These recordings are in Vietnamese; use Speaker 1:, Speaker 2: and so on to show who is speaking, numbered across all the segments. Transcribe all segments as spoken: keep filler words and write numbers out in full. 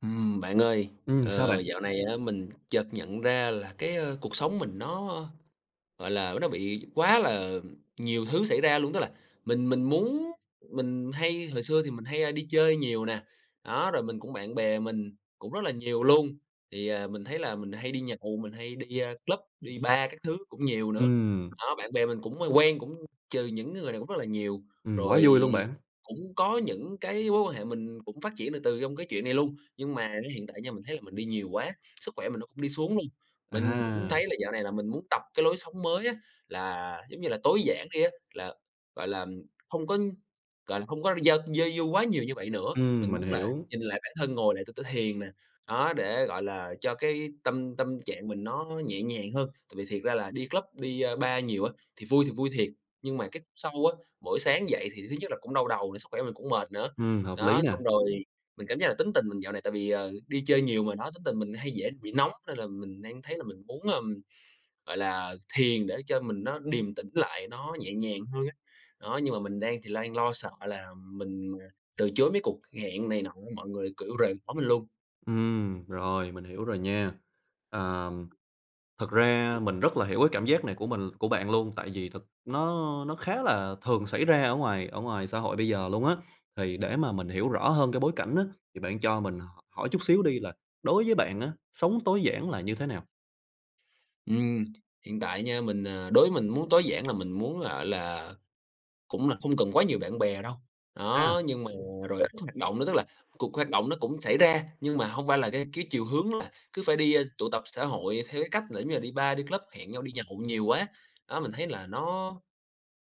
Speaker 1: Ừm, bạn ơi,
Speaker 2: Ừm, sao
Speaker 1: ờ,
Speaker 2: bạn?
Speaker 1: dạo này á mình chợt nhận ra là cái, ơ, cuộc sống mình nó gọi là, nó bị quá là nhiều thứ xảy ra luôn, tức là mình mình muốn mình hay hồi xưa thì mình hay, đi chơi nhiều nè, đó, rồi mình cũng bạn bè mình cũng rất là nhiều luôn, thì, à, mình thấy là mình hay đi nhậu, mình hay đi, a, club, đi bar các thứ cũng nhiều nữa.
Speaker 2: Ừm,
Speaker 1: Đó, bạn bè mình cũng, quen cũng trừ những người này cũng rất là nhiều,
Speaker 2: ừm, quá vui
Speaker 1: rồi
Speaker 2: luôn bạn.
Speaker 1: cũng có những cái mối quan hệ mình cũng phát triển được từ trong cái chuyện này luôn. Nhưng mà hiện tại nha, mình thấy là mình đi nhiều quá, sức khỏe mình nó cũng đi xuống luôn. Mình cũng thấy
Speaker 2: À,
Speaker 1: là dạo này là mình muốn tập cái lối sống mới á, là giống như là tối giản đi á, là, gọi là, không có, gọi là, không có giao giao du quá nhiều như vậy nữa.
Speaker 2: ừm,
Speaker 1: Mình
Speaker 2: mình
Speaker 1: muốn là
Speaker 2: hiểu.
Speaker 1: nhìn lại bản thân, ngồi lại tôi tôi thiền nè, đó, để, gọi là, cho cái tâm tâm trạng mình nó nhẹ nhàng hơn. Tại vì thiệt ra là đi club, đi, a, bar nhiều á, thì vui thì vui thiệt, nhưng mà cái sau á, mỗi sáng dậy thì thứ nhất là cũng đau đầu nữa sức khỏe mình cũng mệt nữa.
Speaker 2: Ừm, hợp
Speaker 1: Đó,
Speaker 2: lý nè.
Speaker 1: xong rồi mình cảm giác là tính tình mình dạo này tại vì, ờ, đi chơi nhiều mà đó, tính tình mình hay dễ bị nóng nên là mình đang thấy là mình muốn, ờm, gọi là, thiền để cho mình nó điềm tĩnh lại, nó nhẹ nhàng hơn á. Đó, nhưng mà mình đang thì đang lo sợ là mình, à, từ chối mấy cuộc hẹn này nọ, mọi người, kiểu, rời bỏ mình luôn.
Speaker 2: Ừm, rồi, mình hiểu rồi nha. Ờm, Thật ra mình rất là hiểu cái cảm giác này của mình của bạn luôn, tại vì thực nó nó khá là thường xảy ra ở ngoài ở ngoài xã hội bây giờ luôn á. Thì để mà mình hiểu rõ hơn cái bối cảnh á, thì bạn cho mình h hỏi chút xíu đi là đối với bạn á, sống tối giản là như thế nào
Speaker 1: Ừm, hiện tại nha, mình, à đối với mình muốn tối giản là mình muốn, gọi là cũng là không cần quá nhiều bạn bè đâu, đó,
Speaker 2: ha?
Speaker 1: nhưng mà rồi ít hoạt động nữa, tức là cuộc hoạt động nó cũng xảy ra, nhưng mà hông phải là cái cái chiều hướng là cứ phải đi, a, tụ tập xã hội theo cái cách là giống như là đi bar, đi club, hẹn nhau đi nhậu nhiều quá. Đó, mình thấy là nó,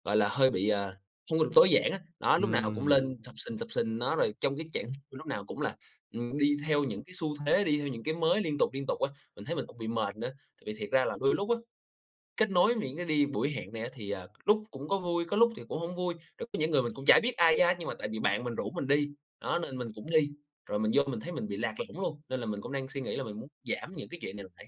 Speaker 1: gọi là, hơi bị, à, không có được tối giản á. Đó, lúc nào cũng
Speaker 2: Ừm.
Speaker 1: lên sập sình, sập sình, đó, rồi trong cái trạng lúc nào cũng là, ừm, đi theo những cái xu thế, đi theo những cái mới liên tục, liên tục á, mình thấy mình cũng bị mệt nữa. Tại vì thiệt ra là đôi lúc á kết nối những cái đi buổi hẹn này thì, à, lúc cũng có vui, có lúc thì cũng không vui, rồi có những người mình cũng chả biết ai á, nhưng mà tại vì bạn mình rủ mình đi, đó, nên mình cũng đi. Rồi mình vô mình thấy mình bị lạc lõng luôn, nên là mình cũng đang suy nghĩ là mình muốn giảm những cái chuyện này lại.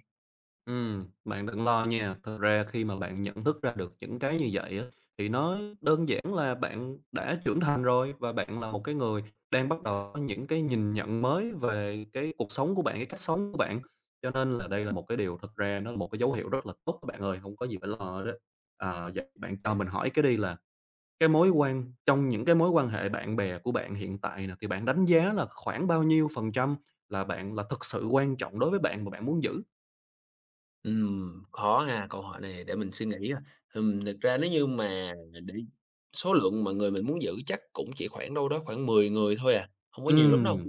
Speaker 2: Ừm, bạn đừng lo nha. Thật ra khi mà bạn nhận thức ra được những cái như vậy á, thì nó đơn giản là bạn đã trưởng thành rồi và bạn là một cái người đang bắt đầu có những cái nhìn nhận mới về cái cuộc sống của bạn, cái cách sống của bạn. Cho nên là đây là một cái điều thật ra nó là một cái dấu hiệu rất là tốt các bạn ơi, không có gì phải lo đó. Ờ, vậy bạn cho mình hỏi cái đi là cái mối quan trong những cái mối quan hệ bạn bè của bạn hiện tại nè, thì bạn đánh giá là khoảng bao nhiêu phần trăm là bạn là thực sự quan trọng đối với bạn mà bạn muốn giữ?
Speaker 1: Ừm, khó ha, câu hỏi này để mình suy nghĩ ha. Ừm, thực ra nếu như mà để số lượng mà người mình muốn giữ chắc cũng chỉ khoảng đâu đó khoảng mười người thôi à, không có nhiều lắm đâu.
Speaker 2: Ừm.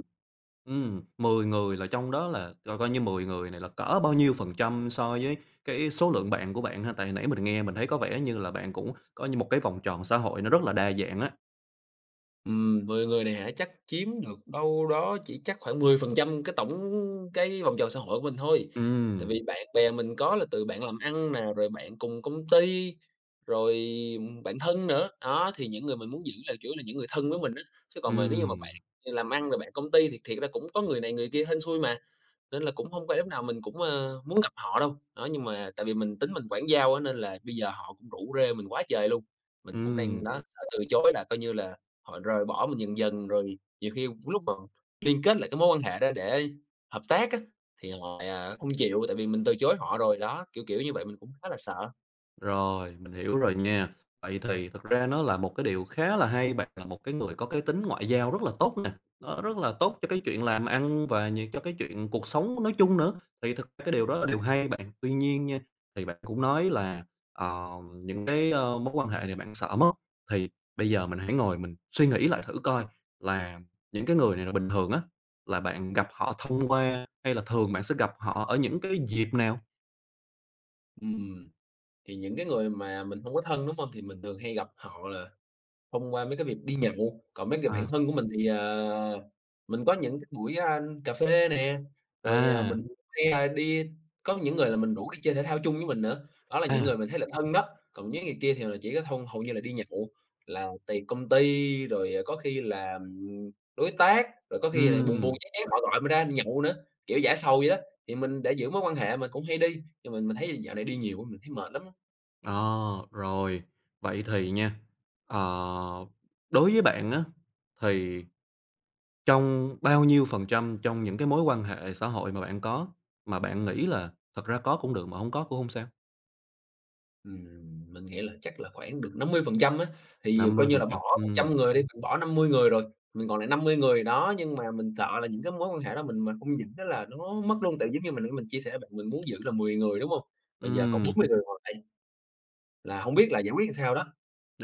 Speaker 2: Ừm, mười người là trong đó là coi coi như mười người này là cỡ bao nhiêu phần trăm so với cái số lượng bạn của bạn ha? Tại nãy mình nghe mình thấy có vẻ như là bạn cũng có như một cái vòng tròn xã hội nó rất là đa dạng á.
Speaker 1: Ừm, mười người này hả? Chắc chiếm được đâu đó chỉ chắc khoảng mười phần trăm cái tổng cái vòng tròn xã hội của mình thôi. Tại
Speaker 2: Ừm,
Speaker 1: vì bạn bè mình có là từ bạn làm ăn nè, rồi bạn cùng công ty, rồi bạn thân nữa. Đó, thì những người mình muốn giữ là, kiểu là, những người thân với mình á. Chứ còn mà nếu như mà bạn
Speaker 2: ừm,
Speaker 1: làm ăn rồi bạn công ty thì thiệt ra cũng có người này người kia hên xui mà. Nên là cũng không có lúc nào mình cũng, ơ, muốn gặp họ đâu. Đó, nhưng mà tại vì mình tính mình quản giao á, nên là bây giờ họ cũng rủ rê mình quá trời luôn. Mình cũng đang
Speaker 2: ừm.
Speaker 1: đó, sợ từ chối là coi như là họ rời bỏ mình dần dần, rồi nhiều khi lúc mà liên kết lại cái mối quan hệ đó để hợp tác á, thì họ lại không chịu, tại vì mình từ chối họ rồi. Đó, kiểu, kiểu như vậy, mình cũng khá là sợ.
Speaker 2: Rồi, mình hiểu rồi nha. Vậy thì thực ra nó là một cái điều khá là hay, bạn là một cái người có cái tính ngoại giao rất là tốt nè, nó rất là tốt cho cái chuyện làm ăn và nh cho cái chuyện cuộc sống nói chung nữa, thì thực ra cái điều đó là điều hay bạn. Tuy nhiên nha, thì bạn cũng nói là, ờ, những cái, ơ, mối quan hệ này bạn sợ mất, thì bây giờ mình hãy ngồi mình suy nghĩ lại thử coi là những cái người này là bình thường á, là bạn gặp họ thông qua hay là thường bạn sẽ gặp họ ở những cái dịp nào?
Speaker 1: Ừm, thì những cái người mà mình không có thân, đúng không? Thì mình thường hay gặp họ là thông qua mấy cái việc đi nhậu, còn mấy người bạn
Speaker 2: À,
Speaker 1: thân của mình thì, ờ, mình có những cái buổi, a, cà phê nè, rồi, à, mình
Speaker 2: à,
Speaker 1: hay, a, đi có những người là mình rủ đi chơi thể thao chung với mình nữa, đó là những
Speaker 2: à,
Speaker 1: người mình thấy là thân đó, còn những người kia thì là chỉ có thông hầu như là đi nhậu, là tiệc công ty, rồi, à, có khi là, ừm, đối tác, rồi có khi là buồn buồn
Speaker 2: ừm.
Speaker 1: chán chán họ gọi mình ra nhậu nữa, kiểu, giả sầu vậy đó. Thì mình để giữ mối quan hệ mình cũng hay đi, nhưng mình mình thấy dạo này đi nhiều quá mình thấy mệt lắm á.
Speaker 2: Ờ, rồi. Vậy thì nha, ờ, đối với bạn á, thì trong bao nhiêu phần trăm trong những cái mối quan hệ xã hội mà bạn có, mà bạn nghĩ là thật ra có cũng được mà không có cũng không sao?
Speaker 1: Ừm, mình nghĩ là chắc là khoảng được năm mươi phần trăm á, thì coi như là bỏ
Speaker 2: năm mươi phần trăm,
Speaker 1: một
Speaker 2: ừm,
Speaker 1: trăm người đi, mình bỏ năm mươi người rồi, mình còn lại năm mươi người đó, nhưng mà mình sợ là những cái mối quan hệ đó mình mà không giữ đó là nó mất luôn, tại giống như mình nãy mình chia sẻ bạn mình muốn giữ là mười người, đúng không? Bây giờ còn bốn
Speaker 2: ừm,
Speaker 1: mươi người còn lại là không biết là giải quyết làm sao đó.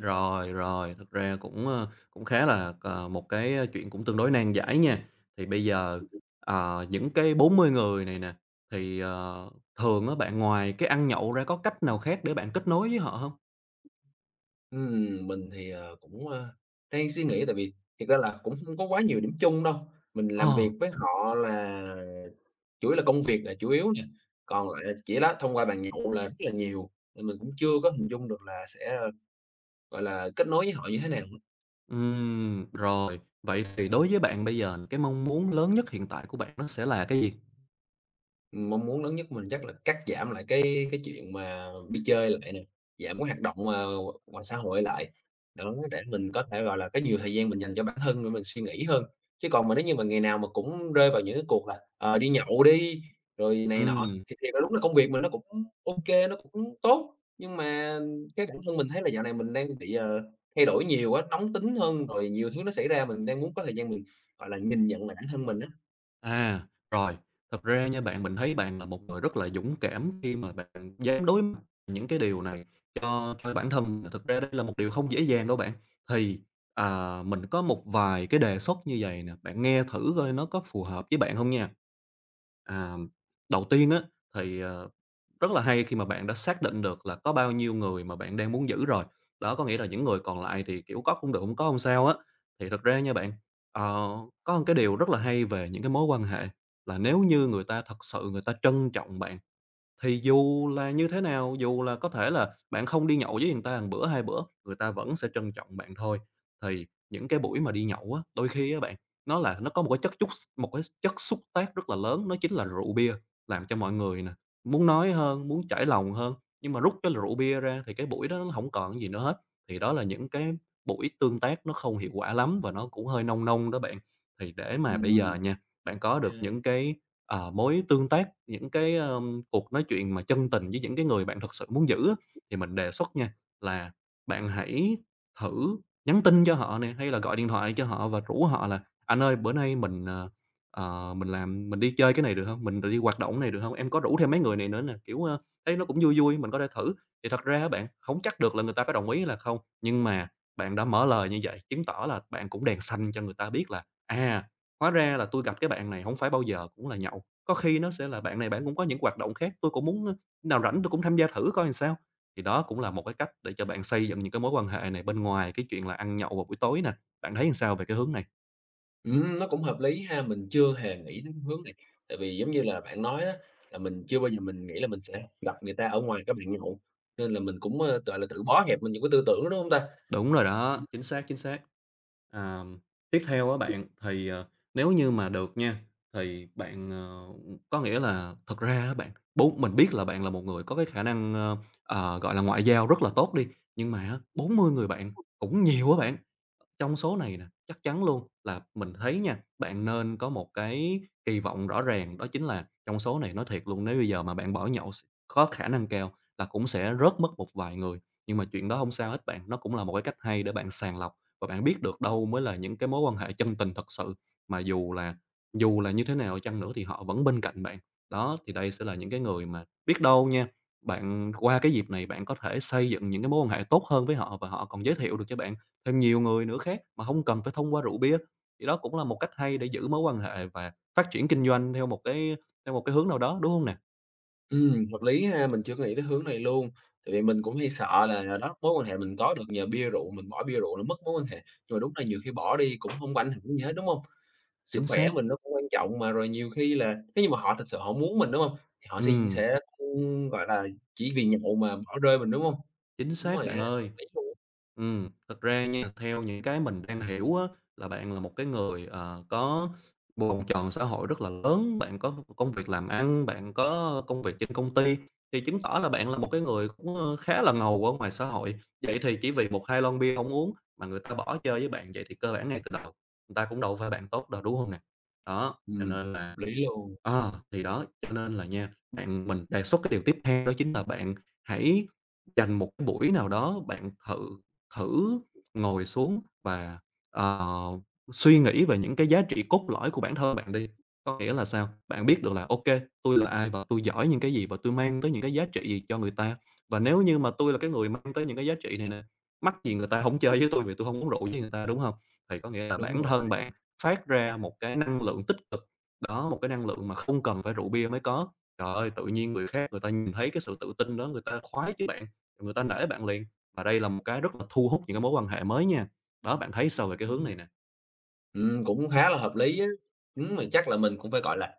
Speaker 2: rồi, rồi, thực ra cũng, ơ, cũng khá là, ờ, một cái, chuyện cũng tương đối nan giải nha. Thì bây giờ, ờ, những cái bốn mươi người này nè, thì, ờ, thường á, bạn ngoài cái ăn nhậu ra có cách nào khác để bạn kết nối với họ không?
Speaker 1: Ừm, mình thì, ờ, cũng, ơ, đang suy nghĩ tại vì thiệt ra là cũng không có quá nhiều điểm chung đâu. Mình làm
Speaker 2: Ờ.
Speaker 1: việc với họ là chủ yếu là công việc là chủ yếu nè, còn lại là chỉ đó thông qua bàn nhậu là rất là nhiều, nên mình cũng chưa có hình dung được là sẽ, ờ, gọi là, kết nối với họ như thế nào.
Speaker 2: Ừm, rồi, vậy thì đối với bạn bây giờ cái mong muốn lớn nhất hiện tại của bạn nó sẽ là cái gì?
Speaker 1: Mong muốn lớn nhất của mình chắc là cắt giảm lại cái cái chuyện mà đi chơi lại nè, giảm cái hoạt động, ờ, ngoài xã hội lại, đó, để mình có thể, gọi là, có nhiều thời gian mình dành cho bản thân để mình suy nghĩ hơn. Chứ còn mà nếu như mà ngày nào mà cũng rơi vào những cái cuộc là, ờ, đi nhậu đi, rồi này nọ,
Speaker 2: Ừm.
Speaker 1: thì thiệt đúng là công việc mình nó cũng ok, nó cũng tốt, nhưng mà cái bản thân mình thấy là dạo này mình đang bị, ờ, thay đổi nhiều quá, nóng tính hơn, rồi nhiều thứ nó xảy ra, mình đang muốn có thời gian mình, gọi là, nhìn nhận lại bản thân mình á.
Speaker 2: À, rồi, thật ra nha bạn, mình thấy bạn là một người rất là dũng cảm khi mà bạn dám đối mặt những cái điều này cho cho bản thân, thực ra đây là một điều không dễ dàng đâu bạn. Thì, à, mình có một vài cái đề xuất như vậy nè, bạn nghe thử coi nó có phù hợp với bạn không nha. À, đầu tiên á, thì, ờ, rất là hay khi mà bạn đã xác định được là có bao nhiêu người mà bạn đang muốn giữ rồi, đó, có nghĩa là những người còn lại thì, kiểu, có cũng được, không có hông sao á. Thì thật ra nha bạn. Ờ, có một cái điều rất là hay về những cái mối quan hệ là nếu như người ta thật sự người ta trân trọng bạn thì dù là như thế nào, dù là có thể là bạn không đi nhậu với người ta một bữa, hai bữa, người ta vẫn sẽ trân trọng bạn thôi. Thì những cái buổi mà đi nhậu á, đôi khi á bạn, nó là nó có một cái chất chút một cái chất xúc tác rất là lớn, nó chính là rượu bia, làm cho mọi người nè, muốn nói hơn, muốn trải lòng hơn, nhưng mà rút cái rượu bia ra thì cái buổi đó nó không còn gì nữa hết. Thì đó là những cái buổi tương tác nó không hiệu quả lắm và nó cũng hơi nông nông đó bạn. Thì để mà bây giờ
Speaker 1: Ừm,
Speaker 2: nha, bạn có
Speaker 1: ờ.
Speaker 2: được những cái. Ờ, mối tương tác, những cái, ờm, cuộc nói chuyện mà chân tình với những cái người bạn thật sự muốn giữ á, thì mình đề xuất nha là bạn hãy thử nhắn tin cho họ nè, hay là gọi điện thoại cho họ và rủ họ là "Anh ơi, bữa nay mình, ờ, ờ, mình làm mình đi chơi cái này được không? Mình đi hoạt động này được không? Em có rủ thêm mấy người này nữa nè." Kiểu, ơ, thấy nó cũng vui vui, mình có thể thử. Thì thật ra á bạn, không chắc được là người ta có đồng ý hay là không, nhưng mà bạn đã mở lời như vậy, chứng tỏ là bạn cũng đèn xanh cho người ta biết là, à, hóa ra là tôi gặp cái bạn này hổng phải bao giờ cũng là nhậu, có khi nó sẽ là bạn này bạn cũng có những hoạt động khác, tôi cũng muốn, ơ, nào rảnh tôi cũng tham gia thử coi sao. Thì đó cũng là một cái cách để cho bạn xây dựng những cái mối quan hệ này bên ngoài cái chuyện là ăn nhậu vào buổi tối nè. Bạn thấy làm sao về cái hướng này?
Speaker 1: Ừm, nó cũng hợp lý ha, mình chưa hề nghĩ đến hướng này. Tại vì giống như là bạn nói á, là mình chưa bao giờ mình nghĩ là mình sẽ gặp người ta ở ngoài các bạn nhậu, nên là mình cũng, ơ, gọi là, tự bó hẹp mình những cái tư tưởng đó, đúng hông ta?
Speaker 2: Đúng rồi đó, chính xác, chính xác. À, tiếp theo á bạn, thì, ờ, nếu như mà được nha, thì bạn, ờ có nghĩa là thật ra á bạn, bốn mình biết là bạn là một người có cái khả năng, ơ, ờ, gọi là, ngoại giao rất là tốt đi, nhưng mà á, bốn mươi người bạn cũng nhiều á bạn. Trong số này nè, chắc chắn luôn là mình thấy nha, bạn nên có một cái kỳ vọng rõ ràng, đó chính là trong số này nói thiệt luôn, nếu bây giờ mà bạn bỏ nhậu có khả năng cao là cũng sẽ rớt mất một vài người. Nhưng mà chuyện đó không sao hết bạn, nó cũng là một cái cách hay để bạn sàng lọc và bạn biết được đâu mới là những cái mối quan hệ chân tình thật sự, mà dù là dù là như thế nào chăng nữa thì họ vẫn bên cạnh bạn. Đó, thì đây sẽ là những cái người mà biết đâu nha, bạn qua cái dịp này bạn có thể xây dựng những cái mối quan hệ tốt hơn với họ và họ còn giới thiệu được cho bạn thêm nhiều người nữa khác mà không cần phải thông qua rượu bia. Thì đó cũng là một cách hay để giữ mối quan hệ và phát triển kinh doanh theo một cái theo một cái hướng nào đó, đúng không nè?
Speaker 1: Ừm, hợp lý ha, mình chưa có nghĩ tới hướng này luôn. Tại vì mình cũng hay sợ là đó, mối quan hệ mình có được nhờ bia rượu, mình bỏ bia rượu là mất mối quan hệ, nhưng mà đúng là nhiều khi bỏ đi cũng hông có ảnh hưởng gì hết, đúng hông? Sức
Speaker 2: Chính
Speaker 1: khỏe
Speaker 2: xác,
Speaker 1: mình nó cũng quan trọng mà, rồi nhiều khi là nếu như mà họ thực sự họ muốn mình, đúng hông? Thì họ sẽ
Speaker 2: ừm,
Speaker 1: sẽ, ưm, gọi là, chỉ vì nhậu mà bỏ rơi mình, đúng hông?
Speaker 2: chính
Speaker 1: Đúng
Speaker 2: xác
Speaker 1: rồi
Speaker 2: bạn
Speaker 1: ha, hợp
Speaker 2: ơi.
Speaker 1: lý luôn.
Speaker 2: Ừ, thật ra nha, theo những cái mình đang hiểu á, là bạn là một cái người, ờ, có vòng tròn xã hội rất là lớn, bạn có công việc làm ăn, bạn có công việc trên công ty, thì chứng tỏ là bạn là một cái người cũng, ơ, khá là ngầu ở ngoài xã hội. Vậy thì chỉ vì một hai lon bia không uống mà người ta bỏ chơi với bạn, vậy thì cơ bản ngay từ đầu người ta cũng đâu phải bạn tốt đâu, đúng không nè? Đó, cho
Speaker 1: Ừm,
Speaker 2: nên
Speaker 1: hợp
Speaker 2: là.
Speaker 1: lý luôn.
Speaker 2: Ờ, thì đó, cho nên là nha, bạn mình đề xuất cái điều tiếp theo đó chính là bạn hãy dành một cái buổi nào đó, bạn thử thử ngồi xuống và, ờ, suy nghĩ về những cái giá trị cốt lõi của bản thân bạn đi. Có nghĩa là sao? Bạn biết được là ok tôi là ai và tôi giỏi những cái gì và tôi mang tới những cái giá trị gì cho người ta? Và nếu như mà tôi là cái người mang tới những cái giá trị này nè, mắc gì người ta không chơi với tôi vì tôi không uống rượu với người ta, đúng không? Thì có nghĩa là
Speaker 1: Đúng
Speaker 2: bản
Speaker 1: rồi,
Speaker 2: thân bạn phát ra một cái năng lượng tích cực đó, một cái năng lượng mà không cần phải rượu bia mới có. Trời ơi, tự nhiên người khác người ta nhìn thấy cái sự tự tin đó, người ta khoái chứ bạn, người ta nể bạn liền. Và đây là một cái rất là thu hút những cái mối quan hệ mới nha. Đó, bạn thấy sao về cái hướng này nè?
Speaker 1: ừm, cũng khá là hợp lý á. Ừm, mà chắc là mình cũng phải, gọi là,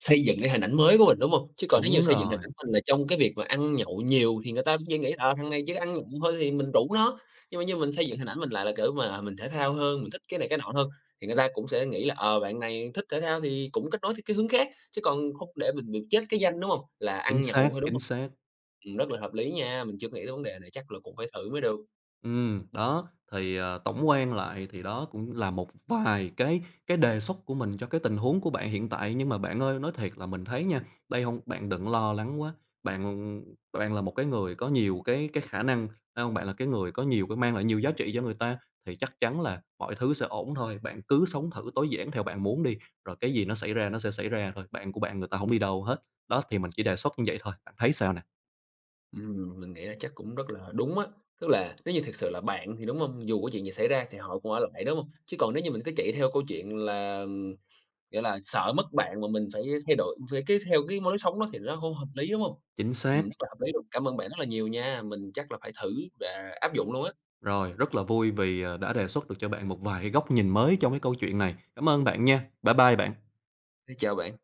Speaker 1: xây dựng cái hình ảnh mới của mình, đúng hông? Chứ còn nếu như
Speaker 2: Đúng
Speaker 1: xây dựng hình
Speaker 2: rồi,
Speaker 1: ảnh mình là trong cái việc mà ăn nhậu nhiều thì người ta chỉ nghĩ, ờ, "Thằng này chỉ ăn nhậu thôi" thì mình rủ nó. Nhưng mà như mình xây dựng hình ảnh mình lại là, kiểu, mà mình thể thao hơn, mình thích cái này cái nọ hơn, thì người ta cũng sẽ nghĩ là, ờ, bạn này thích thể thao thì cũng kết nối theo cái hướng khác, chứ còn không để mình bị chết cái danh, đúng hông? Là
Speaker 2: chính
Speaker 1: ăn nhậu
Speaker 2: xác,
Speaker 1: thôi, đúng
Speaker 2: chính
Speaker 1: hông?
Speaker 2: xác.
Speaker 1: Ừm, rất là hợp lý nha, mình chưa nghĩ tới vấn đề này, chắc là cũng phải thử mới được.
Speaker 2: Ừm, đó, thì, ờ, tổng quan lại thì đó cũng là một vài cái cái đề xuất của mình cho cái tình huống của bạn hiện tại. Nhưng mà bạn ơi, nói thiệt là mình thấy nha, đây không bạn đừng lo lắng quá, bạn bạn là một cái người có nhiều cái cái khả năng, phải hông? Bạn là cái người có nhiều cái mang lại nhiều giá trị cho người ta, thì chắc chắn là mọi thứ sẽ ổn thôi. Bạn cứ sống thử tối giản theo bạn muốn đi, rồi cái gì nó xảy ra nó sẽ xảy ra thôi, bạn của bạn người ta không đi đâu hết. Đó, thì mình chỉ đề xuất như vậy thôi, bạn thấy sao nè?
Speaker 1: Ừm, mình nghĩ là chắc cũng rất là đúng á. Tức là nếu như thiệt sự là bạn thì, đúng không? Dù có chuyện gì xảy ra thì họ cũng ở lại, đúng không? Chứ còn nếu như mình cứ chạy theo câu chuyện là, ừm, nghĩa là sợ mất bạn mà mình phải thay đổi phải cứ theo cái lối sống đó thì nó không hợp lý, đúng không?
Speaker 2: Chính xác.
Speaker 1: Ừm, rất là hợp lý luôn. Cảm ơn bạn rất là nhiều nha, mình chắc là phải thử và áp dụng luôn á.
Speaker 2: Rồi, rất là vui vì, ờ, đã đề xuất được cho bạn một vài cái góc nhìn mới trong cái câu chuyện này. Cảm ơn bạn nha. Bye bye bạn.
Speaker 1: Chào bạn.